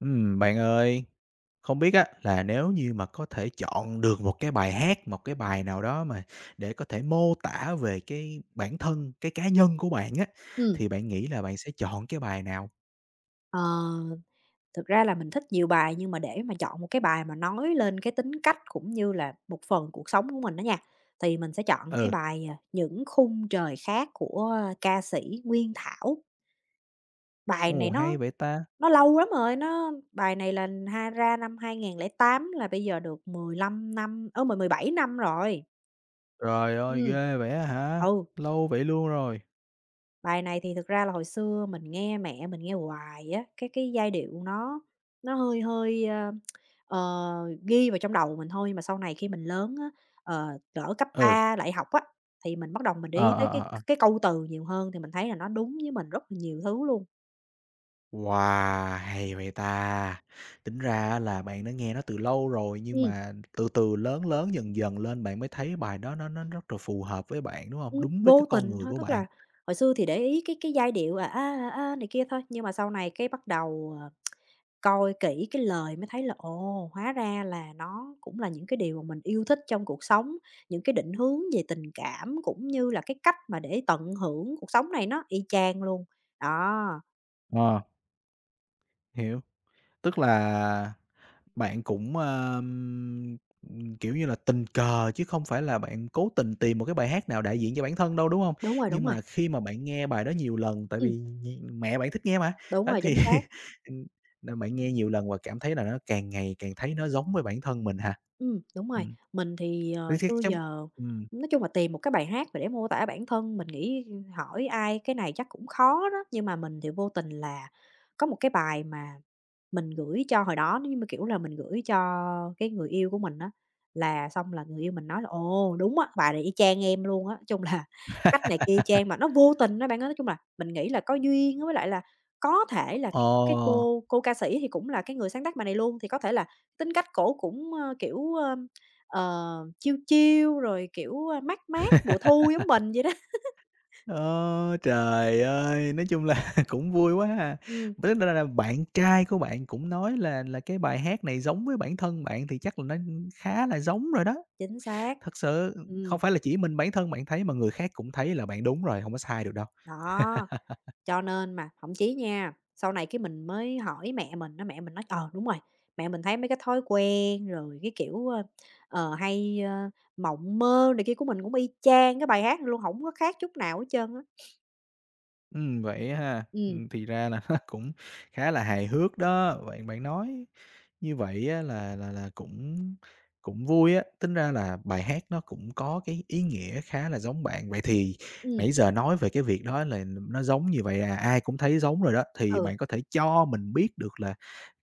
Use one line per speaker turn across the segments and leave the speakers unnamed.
Bạn ơi, không biết á là nếu như mà có thể chọn được một cái bài hát, một cái bài nào đó mà để có thể mô tả về cái bản thân, cái cá nhân của bạn á,
Ừ,
thì bạn nghĩ là bạn sẽ chọn cái bài nào?
ờ, thực ra là mình thích nhiều bài nhưng mà để mà chọn một cái bài mà nói lên cái tính cách cũng như là một phần cuộc sống của mình đó nha, thì mình sẽ chọn cái
Ừ,
bài, "Những khung trời khác" của ca sĩ Nguyên Thảo. Bài
ồ,
này
hay
nó
vậy ta!
nó lâu lắm rồi, nó bài này là ra năm 2008, là bây giờ được 15 năm, mười mười bảy năm rồi.
Trời ơi,
Ừm.
ghê vậy á hả?
Ừ.
Lâu vậy luôn rồi.
Bài này thì thực ra là hồi xưa mình nghe mẹ mình nghe hoài á, cái giai điệu nó hơi hơi, ờ, ghi vào trong đầu mình thôi, mà sau này khi mình lớn á, ờ, cỡ cấp
Ừ,
3 lại học á, thì mình bắt đầu mình để
ờ,
ý tới
ờ, ờ,
cái
ờ.
cái câu từ nhiều hơn, thì mình thấy là nó đúng với mình rất là nhiều thứ luôn.
Wow, hay vậy ta! Tính ra á là bạn đã nghe nó từ lâu rồi, nhưng
Ừm,
mà từ từ lớn lớn dần dần lên bạn mới thấy bài đó nó rất là phù hợp với bạn, đúng không? Đúng với
vô
cái con
tình
người
thôi,
của
tức
bạn.
là hồi xưa thì để ý cái giai điệu, à, a, à, a này kia thôi, nhưng mà sau này cái bắt đầu, coi kỹ cái lời mới thấy là, ồ, hóa ra là nó cũng là những cái điều mà mình yêu thích trong cuộc sống, những cái định hướng về tình cảm cũng như là cái cách mà để tận hưởng cuộc sống này nó y chang luôn. Đó,
Ờ, hiểu. Tức là bạn cũng, kiểu như là, tình cờ chứ không phải là bạn cố tình tìm một cái bài hát nào đại diện cho bản thân đâu, đúng không?
đúng rồi, đúng
Nhưng
rồi,
mà khi mà bạn nghe bài đó nhiều lần, tại
ừm,
vì nh mẹ bạn thích nghe mà,
đúng
đó,
rồi,
thì,
chính xác,
ừm, nên bạn nghe nhiều lần và cảm thấy là nó càng ngày càng thấy nó giống với bản thân mình hả?
đúng
Ừ.
rồi. Mình thì,
Thế thế
xưa
chắc
giờ
ừm.
nói chung là tìm một cái bài hát mà để mô tả bản thân, mình nghĩ hỏi ai cái này chắc cũng khó đó, nhưng mà mình thì vô tình là có một cái bài mà mình gửi cho hồi đó nhưng mà, kiểu là, mình gửi cho cái người yêu của mình á, là xong là người yêu mình nói là "Ồ, đúng á, bài này y chang em luôn á." Nói chung là cách này kia y chang, mà nó vô tình á bạn ơi, nói chung là mình nghĩ là có duyên á, với lại là có thể là cái
Ờ.
cái cô cô ca sĩ thì cũng là cái người sáng tác bài này luôn, thì có thể là tính cách cổ cũng, kiểu, ờ, chill chill rồi, kiểu, mát mát mùa thu, giống mình vậy đó.
Ơ, trời ơi! Nói chung là cũng vui quá ha.
Ừm,
Tức là bạn trai của bạn cũng nói là cái bài hát này giống với bản thân bạn thì chắc là nó khá là giống rồi đó.
chính xác.
Thật sự không
Ừm,
phải là chỉ mình bản thân bạn thấy mà người khác cũng thấy là bạn đúng rồi, không có sai được đâu.
đó. Cho nên mà thậm chí nha, sau này cái mình mới hỏi mẹ mình á, mẹ mình nói: "Ờ, đúng rồi, mẹ mình thấy mấy cái thói quen rồi cái kiểu, hay, mộng mơ này kia của mình cũng y chang cái bài hát này luôn, không có khác chút nào hết trơn á."
Vậy ha.
Ừ,
Thì ra là nó cũng khá là hài hước đó. Bạn bạn nói như vậy á là cũng cũng vui á, tính ra là bài hát nó cũng có cái ý nghĩa khá là giống bạn. Vậy thì
ừ,
nãy giờ nói về cái việc đó là nó giống như vậy à, ai cũng thấy giống rồi đó, thì
ừ.
bạn có thể cho mình biết được là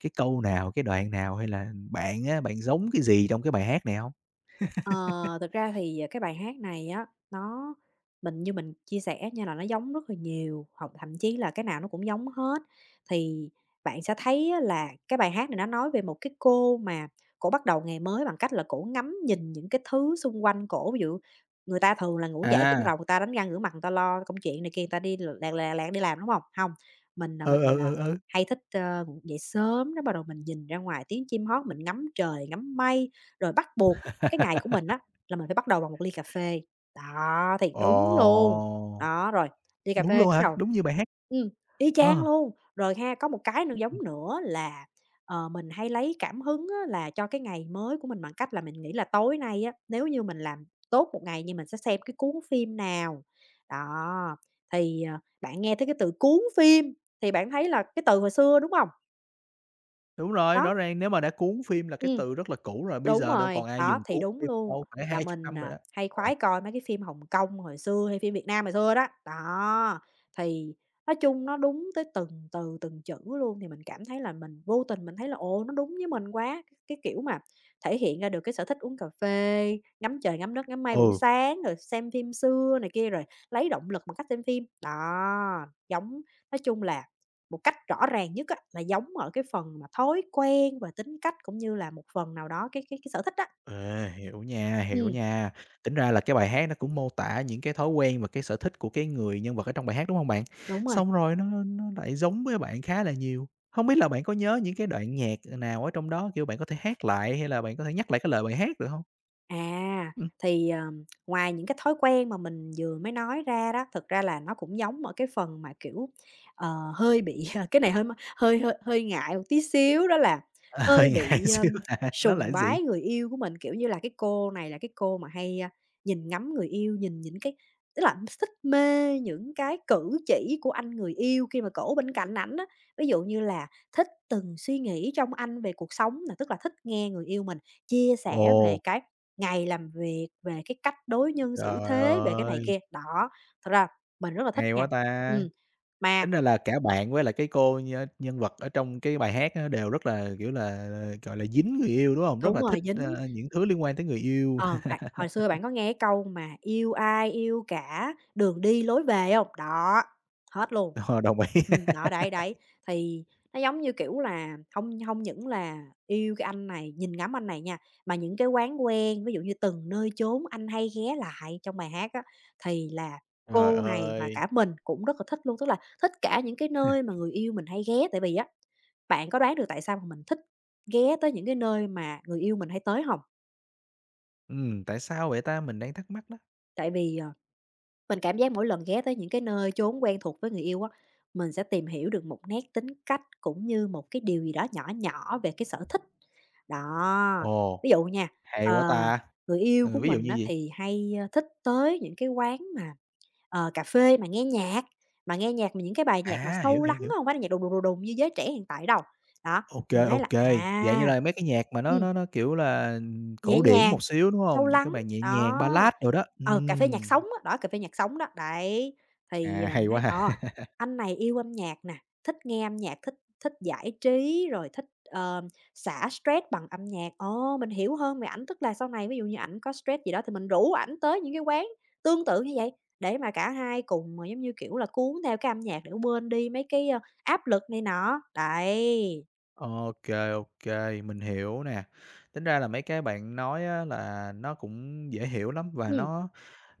cái câu nào, cái đoạn nào hay là bạn á, bạn giống cái gì trong cái bài hát này không?
Ờ, thực ra thì, cái bài hát này á, mình như mình chia sẻ nha, là nó giống rất là nhiều, hoặc thậm chí là cái nào nó cũng giống hết. Thì bạn sẽ thấy á là cái bài hát này nó nói về một cái cô mà cổ bắt đầu ngày mới bằng cách là cổ ngắm nhìn những cái thứ xung quanh cổ. Ví dụ, người ta thường là ngủ dậy cái bắt
À,
đầu người ta đánh răng rửa mặt, người ta lo công chuyện này kia, người ta đi lẹ lẹ lẹ đi làm, đúng không không Mình là
ừ,
mình,
ừ, ừ, ừ.
hay thích, ngủ dậy sớm, đó bắt đầu mình nhìn ra ngoài tiếng chim hót, mình ngắm trời, ngắm mây, rồi bắt buộc cái ngày của mình á, là mình phải bắt đầu bằng một ly cà phê, đó, thì đúng luôn.
Ồ,
Đó, rồi, ly cà phê
đúng
cái
luôn
bắt
hả?
đầu,
Đúng như bài hát?
ừm, y chang
Ờ.
luôn. Rồi ha, có một cái nữa giống
Ừm,
nữa là, mình hay lấy cảm hứng á là cho cái ngày mới của mình bằng cách là mình nghĩ là tối nay á, nếu như mình làm tốt một ngày như mình sẽ xem cái cuốn phim nào. Đó, thì, bạn nghe tới cái từ cuốn phim thì bạn thấy là cái từ hồi xưa, đúng hông?
đúng rồi,
Đó,
rõ ràng nếu mà đã cuốn phim là cái
ừm.
từ rất là cũ rồi, bây
Đúng
giờ đâu
rồi,
còn ai
đó,
dùng
thì
cuốn
đúng
phim
luôn,
đâu, phải
là
hai chục
mình,
năm rồi đó.
hay
Ờ,
khoái coi mấy cái phim Hồng Kông hồi xưa hay phim Việt Nam hồi xưa đó. Đó, thì nói chung nó đúng tới từng từ, từng chữ luôn, thì mình cảm thấy là mình vô tình mình thấy là, ồ, nó đúng với mình quá. Cái kiểu mà thể hiện ra được cái sở thích uống cà phê, ngắm trời, ngắm đất, ngắm mây buổi
ừ,
sáng, rồi xem phim xưa này kia, rồi lấy động lực bằng cách xem phim. Đó, giống, nói chung là một cách rõ ràng nhất á, là giống ở cái phần mà thói quen và tính cách cũng như là một phần nào đó cái sở thích á.
à, hiểu nha, hiểu
Ừm,
nha. Tính ra là cái bài hát nó cũng mô tả những cái thói quen và cái sở thích của cái người nhân vật ở trong bài hát, đúng hông bạn?
đúng rồi.
Xong rồi nó lại giống với bạn khá là nhiều. Hông biết là bạn có nhớ những cái đoạn nhạc, nào ở trong đó, kiểu, bạn có thể hát lại hay là bạn có thể nhắc lại cái lời bài hát được hông?
À,
Ừm,
thì, ngoài những cái thói quen mà mình vừa mới nói ra đó, thực ra là nó cũng giống ở cái phần mà, kiểu, hơi bị cái này hơi hơi hơi hơi ngại một tí xíu, đó là
ờ,
hơi
ngại
bị,
xíu hả? Nó là
sùng
cái gì?
bái người yêu của mình. Kiểu như là, cái cô này là cái cô mà hay, nhìn ngắm người yêu, nhìn những cái, tức là thích mê những cái cử chỉ của anh người yêu khi mà cổ bên cạnh ảnh á. Ví dụ như là thích từng suy nghĩ trong anh về cuộc sống, là tức là thích nghe người yêu mình chia sẻ về
Ồ,
cái ngày làm việc, về cái cách đối nhân xử
trời
thế, về cái này
ơi,
kia. Đó, thật ra mình rất là thích
hay quá
nha.
ta!
Ừm, mà
Tính ra là cả bạn với lại cái cô nhân nhân vật ở trong cái bài hát á đều rất là, kiểu là, gọi là, dính người yêu, đúng hông? Rất
đúng
là
rồi,
thích, những thứ liên quan tới người yêu.
ờ, bạn hồi xưa bạn có nghe cái câu mà "Yêu ai yêu cả, đường đi lối về" không? Đó, hết luôn.
Ờ, đồng ý.
Đó, đấy, đấy, thì nó giống như, kiểu là, không không những là yêu cái anh này, nhìn ngắm anh này nha, mà những cái quán quen, ví dụ như "Từng nơi chốn anh hay ghé lại" trong bài hát á, thì là
Trời
cô này và
ơi!
cả mình cũng rất là thích luôn. Tức là thích cả những cái nơi mà người yêu mình hay ghé, tại vì á, bạn có đoán được tại sao mà mình thích ghé tới những cái nơi mà người yêu mình hay tới không?
Tại sao vậy ta? Mình đang thắc mắc đó.
Tại vì, mình cảm giác mỗi lần ghé tới những cái nơi chốn quen thuộc với người yêu á, mình sẽ tìm hiểu được một nét tính cách cũng như một cái điều gì đó nhỏ nhỏ về cái sở thích. Đó,
Ồ,
ví dụ nha,
hay quá
ờ,
ta!
người yêu của
Ừ, ví dụ
mình
như
á
gì?
thì hay, thích tới những cái quán mà, cà phê mà nghe nhạc, mà những cái bài nhạc mà
À, hiểu,
sâu
hiểu,
lắng
hiểu.
á, hông phải là nhạc đùng, đùng, đùng, đùng như giới trẻ hiện tại đâu. Đó,
Ô
thì
kê,
mình thấy
ô
là
kê. Dạng như là mấy cái nhạc mà nó
ừ
nó nó, kiểu là,
nhẹ
cổ điển
nhàng,
một xíu, đúng
sâu
hông? Những cái
lắng,
bài nhẹ nhàng,
đó.
ballad đồ đó.
Ờ, cà phê nhạc
Ừm.
sống á, đó, cà phê nhạc sống đó, đấy. Thì,
À,
mình
hay quá
thấy,
ha!
anh này yêu âm nhạc nè, thích nghe âm nhạc, thích thích giải trí, rồi thích, xả stress bằng âm nhạc. Ồ, mình hiểu hơn về ảnh, tức là sau này ví dụ như ảnh có stress gì đó thì mình rủ ảnh tới những cái quán tương tự như vậy, để mà cả hai cùng, giống như, kiểu là, cuốn theo cái âm nhạc để quên đi mấy cái, áp lực này nọ. Đấy.
Ok, ok, mình hiểu nè. Tính ra là mấy cái bạn nói á là nó cũng dễ hiểu lắm và
Ừm,
nó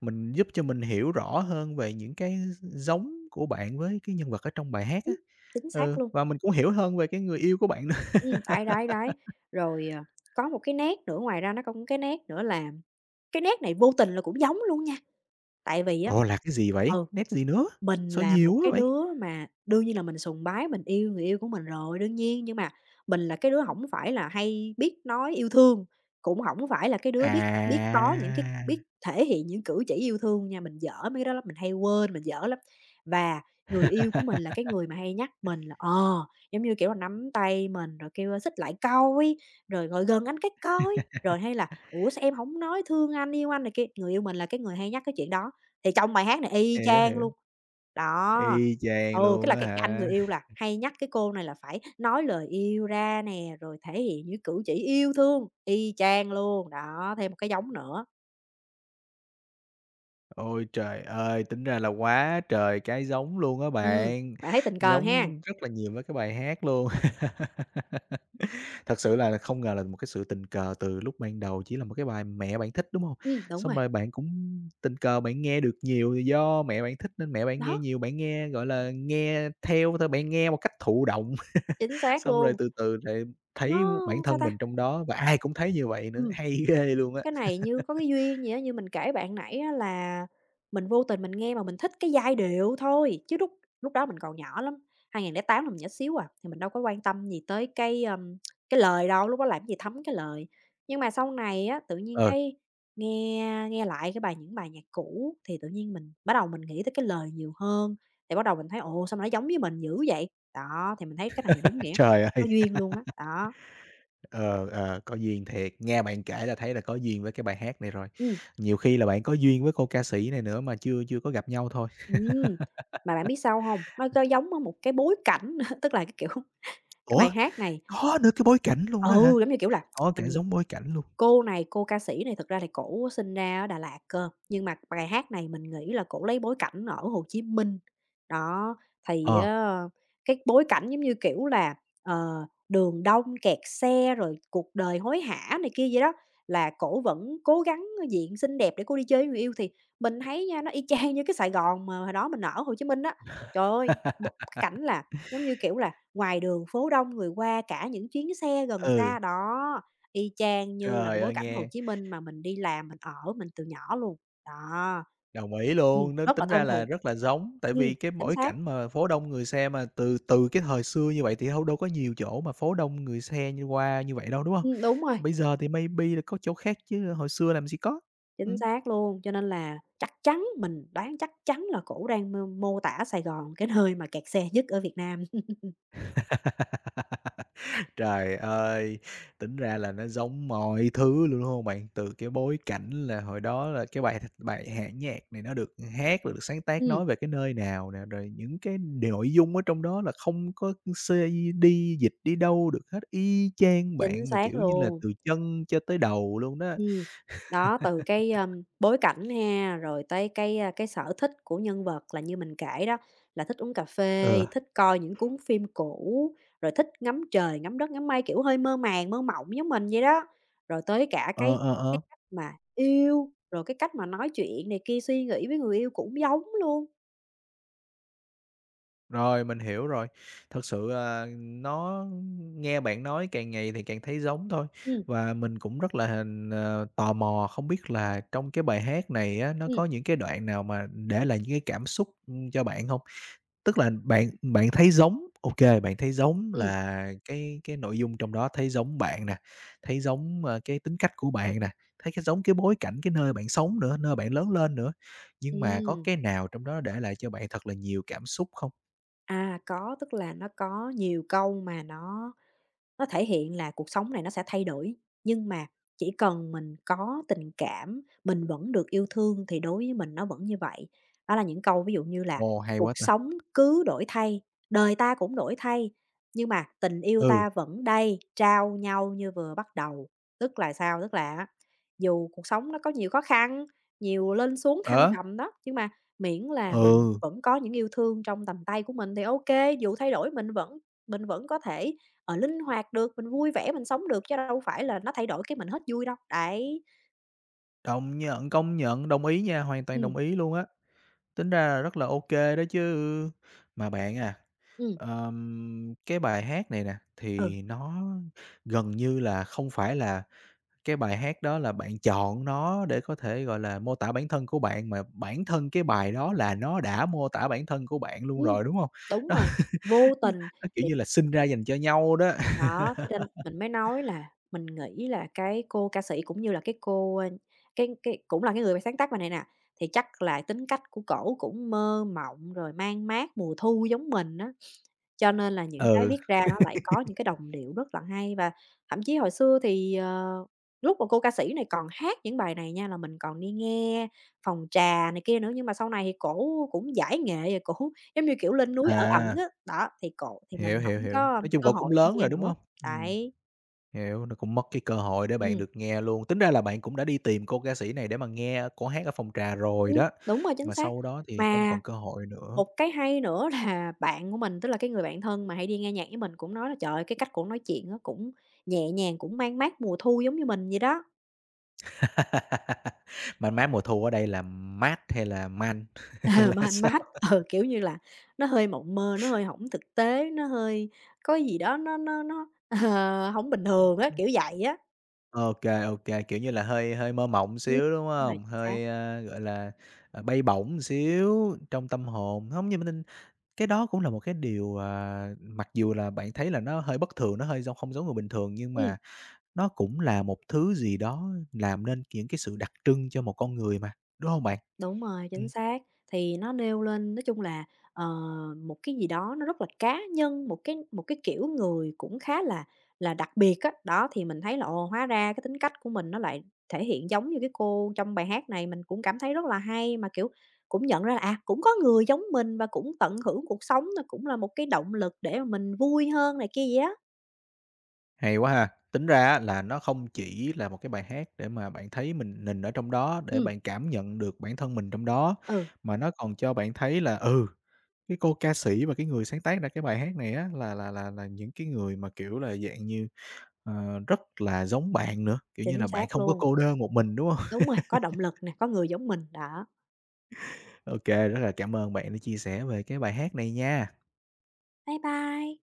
mình giúp cho mình hiểu rõ hơn về những cái giống của bạn với cái nhân vật ở trong bài hát á.
ừm, chính xác
Ừ,
luôn.
và mình cũng hiểu hơn về cái người yêu của bạn nữa.
Đấy, đấy, đấy. Rồi, có một cái nét nữa, ngoài ra nó có một cái nét nữa là cái nét này vô tình là cũng giống luôn nha, tại vì á,
Ồ, là cái gì vậy?
ừ.
Nét gì nữa?
Mình
Sao
là một
nhiều quá
cái
vậy?
đứa mà đương nhiên là mình sùng bái, mình yêu người yêu của mình rồi, đương nhiên, nhưng mà mình là cái đứa hổng phải là hay biết nói yêu thương, cũng hổng phải là cái đứa biết biết có những cái
À,
biết thể hiện những cử chỉ yêu thương nha, mình dở mấy cái đó lắm, mình hay quên, mình dở lắm. Và người yêu của mình là cái người mà hay nhắc mình là, giống như, kiểu là, nắm tay mình rồi kêu, "Xích lại coi", rồi "Ngồi gần anh cái coi", rồi hay là "Ủa, sao em hổng nói thương anh, yêu anh" này kia, người yêu mình là cái người hay nhắc cái chuyện đó. Thì trong bài hát này y
hiểu,
chang
hiểu,
luôn. Đó,
y chang
ừ, cái
luôn
là
á
cái anh
hả?
người yêu là hay nhắc cái cô này là phải nói lời yêu ra nè, rồi thể hiện những cử chỉ yêu thương, y chang luôn, đó, thêm một cái giống nữa.
Ôi trời ơi, tính ra là quá trời cái giống luôn á
Ừm,
bạn,
bạn thấy tình cờ
giống
ha?
rất là nhiều với cái bài hát luôn. Thật sự là không ngờ là một cái sự tình cờ từ lúc ban đầu chỉ là một cái bài mẹ bạn thích, đúng hông?
Đúng
Xong
rồi,
rồi bạn cũng tình cờ bạn nghe được nhiều thì do mẹ bạn thích nên mẹ bạn nghe
đó,
nhiều, bạn nghe, gọi là, nghe theo thôi, bạn nghe một cách thụ động,
chính xác
xong rồi
luôn,
từ từ lại thấy bản
nó sao
thân mình
ta?
trong đó và ai cũng thấy như vậy nữa,
Ừm.
hay ghê luôn á.
Cái này như có cái duyên gì á, như mình kể bạn nãy á là mình vô tình mình nghe mà mình thích cái giai điệu thôi, chứ lúc lúc đó mình còn nhỏ lắm, 2008 là mình nhỏ xíu à, thì mình đâu có quan tâm gì tới cái lời đâu, lúc đó làm gì thấm cái lời. Nhưng mà sau này á, tự nhiên
Ờ,
nghe nghe lại cái bài những bài nhạc cũ thì tự nhiên mình bắt đầu mình nghĩ tới cái lời nhiều hơn, thì bắt đầu mình thấy, ồ, sao mà nó giống với mình dữ vậy? Đó, thì mình thấy cái này là đúng nghĩa,
trời
có
ơi,
duyên luôn á, đó.
ờ, ờ, có duyên thiệt, nghe bạn kể là thấy là có duyên với cái bài hát này rồi.
Ừ.
Nhiều khi là bạn có duyên với cô ca sĩ này nữa mà chưa chưa có gặp nhau thôi.
Ừm, mà bạn biết sao hông? Nó có giống, á, một cái bối cảnh nữa, tức là, cái kiểu, cái
Ủa,
bài hát này,
có nữa cái bối cảnh luôn đó hả?
ừ, giống như, kiểu là,
Có cả
mình
giống bối cảnh luôn.
cô này, cô ca sĩ này thực ra thì cổ sinh ra ở Đà Lạt cơ, nhưng mà bài hát này mình nghĩ là cổ lấy bối cảnh ở Hồ Chí Minh. Đó, thì
Ờ,
á, cái bối cảnh giống như, kiểu là, đường đông kẹt xe rồi cuộc đời hối hả này kia vậy đó, là cổ vẫn cố gắng diện xinh đẹp để cô đi chơi với người yêu, thì mình thấy nha, nó y chang như cái Sài Gòn mà hồi đó mình ở Hồ Chí Minh á. Trời ơi, một cái cảnh là, giống như, kiểu là, ngoài đường phố đông người qua cả những chuyến xe gần
ừ,
xa, đó. Y chang như là cái
trời
bối
ơi,
cảnh Hồ
nghe
Chí Minh mà mình đi làm, mình ở, mình từ nhỏ luôn, đó.
đồng ý luôn, nó
Rất là
tính ra
thân
là
thuộc.
rất là giống, tại
Ừm,
vì cái
chính
bối
xác,
cảnh mà phố đông người xe mà từ từ cái thời xưa như vậy thì hông đâu có nhiều chỗ mà phố đông người xe như qua như vậy đâu, đúng hông?
đúng rồi,
Bây giờ thì maybe là có chỗ khác chứ hồi xưa làm gì có.
chính
Ừm.
xác luôn, cho nên là chắc chắn mình đoán chắc chắn là cổ đang mô mô tả Sài Gòn, cái nơi mà kẹt xe nhất ở Việt Nam.
Trời ơi! Tính ra là nó giống mọi thứ luôn, đúng hông bạn? Từ cái bối cảnh là hồi đó là cái bài bài bản nhạc này nó được hát, được sáng tác
Ừm,
nói về cái nơi nào nè, rồi những cái nội dung ở trong đó là không có CD dịch đi đâu được hết, y chang
chính
bạn mà,
xác
kiểu như là,
luôn.
từ chân cho tới đầu luôn đó.
Ừm, đó, từ cái, bối cảnh ha, rồi tới cái sở thích của nhân vật là như mình kể đó, là thích uống cà phê,
Ừ,
thích coi những cuốn phim cũ, rồi thích ngắm trời, ngắm đất, ngắm mây, kiểu, hơi mơ màng, mơ mộng giống mình vậy đó. Rồi tới cả
ờ,
cái
ờ,
cái
ờ.
cách mà yêu, rồi cái cách mà nói chuyện này kia, suy nghĩ với người yêu cũng giống luôn.
Rồi, mình hiểu rồi. Thật sự, à, nó nghe bạn nói càng ngày thì càng thấy giống thôi,
Ừm,
và mình cũng rất là hình ờ, tò mò không biết là trong cái bài hát này á, nó
ừm,
có những cái đoạn nào mà để lại những cái cảm xúc, cho bạn không? Tức là bạn bạn thấy giống ok, bạn thấy giống
ừm,
là cái nội dung trong đó, thấy giống bạn nè, thấy giống, cái tính cách của bạn nè, thấy cái giống cái bối cảnh, cái nơi bạn sống nữa, nơi bạn lớn lên nữa. Nhưng mà có
ừm.
cái nào trong đó để lại cho bạn thật là nhiều cảm xúc không?
À, có, tức là nó có nhiều câu mà nó thể hiện là cuộc sống này nó sẽ thay đổi, nhưng mà chỉ cần mình có tình cảm, mình vẫn được yêu thương thì đối với mình nó vẫn như vậy. Đó là những câu ví dụ như là
Ồ, hay
"Cuộc
quá ta!
sống cứ đổi thay, đời ta cũng đổi thay, nhưng mà tình yêu
Ừ,
ta vẫn đây, trao nhau như vừa bắt đầu." Tức là sao? Tức là á, dù cuộc sống nó có nhiều khó khăn, nhiều lên xuống thăng
đó,
trầm đó, nhưng mà miễn là mình
ừ,
vẫn có những yêu thương trong tầm tay của mình thì ok, dù thay đổi mình vẫn có thể, linh hoạt được, mình vui vẻ mình sống được chứ đâu phải là nó thay đổi cái mình hết vui đâu. Đấy,
đồng nhận, công nhận, đồng ý nha, hoàn toàn
ừm,
đồng ý luôn á, tính ra là rất là ok kê đó chứ. Mà bạn à,
ừm,
cái bài hát này nè,
ừ,
thì nó gần như là không phải là cái bài hát đó là bạn chọn nó để có thể, gọi là, mô tả bản thân của bạn, mà bản thân cái bài đó là nó đã mô tả bản thân của bạn luôn
ừm,
rồi, đúng không?
đúng rồi, vô
Nó
tình
nó, kiểu
thì
như là, sinh
là
ra
mình
dành cho nhau đó.
đó, thế nên mình mới nói là mình nghĩ là cái cô ca sĩ cũng như là cái cô, cái cũng là cái người mà sáng tác bài này nè, thì chắc là tính cách của cổ cũng mơ mộng rồi man mác mùa thu giống mình á. Cho nên là những cái
Ừ,
viết ra nó lại có những cái đồng điệu rất là hay, và thậm chí hồi xưa thì, lúc mà cô ca sĩ này còn hát những bài này nha là mình còn đi nghe phòng trà này kia nữa, nhưng mà sau này thì cổ cũng giải nghệ rồi, cổ giống như kiểu lên núi ở ẩn
à.
á, đó, thì cổ thì mình
Hiểu, hiểu,
hổng
hiểu.
có
Nói chung
cơ
cậu cũng
hội đi
lớn
nghe
rồi, đúng
nữa.
hông? Ừm,
Đấy,
hiểu, nó cũng mất cái cơ hội để bạn
ừm,
được nghe luôn. Tính ra là bạn cũng đã đi tìm cô ca sĩ này để mà nghe cổ hát ở phòng trà rồi đó,
đúng rồi, chính
mà
xác.
sau đó thì không
Mà
còn cơ hội nữa.
một cái hay nữa là bạn của mình, tức là cái người bạn thân mà hay đi nghe nhạc với mình cũng nói là "Trời ơi, cái cách cổ nói chuyện nó cũng nhẹ nhàng, cũng mang mát mùa thu giống như mình vậy đó."
mà mát mùa thu ở đây là mát hay là man hay
Ờ,
là
man
sao?
mát, ừ, kiểu như là, nó hơi mộng mơ, nó hơi hổng thực tế, nó hơi có gì đó nó, hổng bình thường á, kiểu vậy á.
Ô kê, kiểu như là, hơi hơi mơ mộng
Ừm,
xíu, đúng
đúng rồi,
hông?
chính xác.
Hơi, gọi là, à, bay bổng xíu trong tâm hồn. Hông, nhưng mà cái đó cũng là một cái điều, à, mặc dù là bạn thấy là nó hơi bất thường, nó hơi giống không giống người bình thường, nhưng
Ừm.
mà nó cũng là một thứ gì đó làm nên những cái sự đặc trưng cho một con người mà, đúng không bạn?
Đúng rồi, chính
Ừm,
xác. Thì nó nêu lên nói chung là, ờ, một cái gì đó nó rất là cá nhân, một cái kiểu người cũng khá là đặc biệt á. Đó, thì mình thấy là, ồ, hóa ra cái tính cách của mình nó lại thể hiện giống như cái cô trong bài hát này, mình cũng cảm thấy rất là hay, mà, kiểu, cũng nhận ra là, à, cũng có người giống mình và cũng tận hưởng cuộc sống, nó cũng là một cái động lực để mà mình vui hơn này kia gì á.
hay quá ha! Tính ra á là nó không chỉ là một cái bài hát để mà bạn thấy mình ở trong đó, để
Ừm,
bạn cảm nhận được bản thân mình trong đó,
ừ,
mà nó còn cho bạn thấy là, ừ, cái cô ca sĩ và cái người sáng tác ra cái bài hát này á là những cái người mà, kiểu là, dạng như ờ, rất là giống bạn nữa, kiểu như
chính
là, bạn
xác
không có
luôn.
cô đơn một mình, đúng không?
Đúng rồi, có động lực nè, có người giống mình, đó.
OK, rất là cảm ơn bạn đã chia sẻ về cái bài hát này nha.
Bye bye.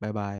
Bye bye.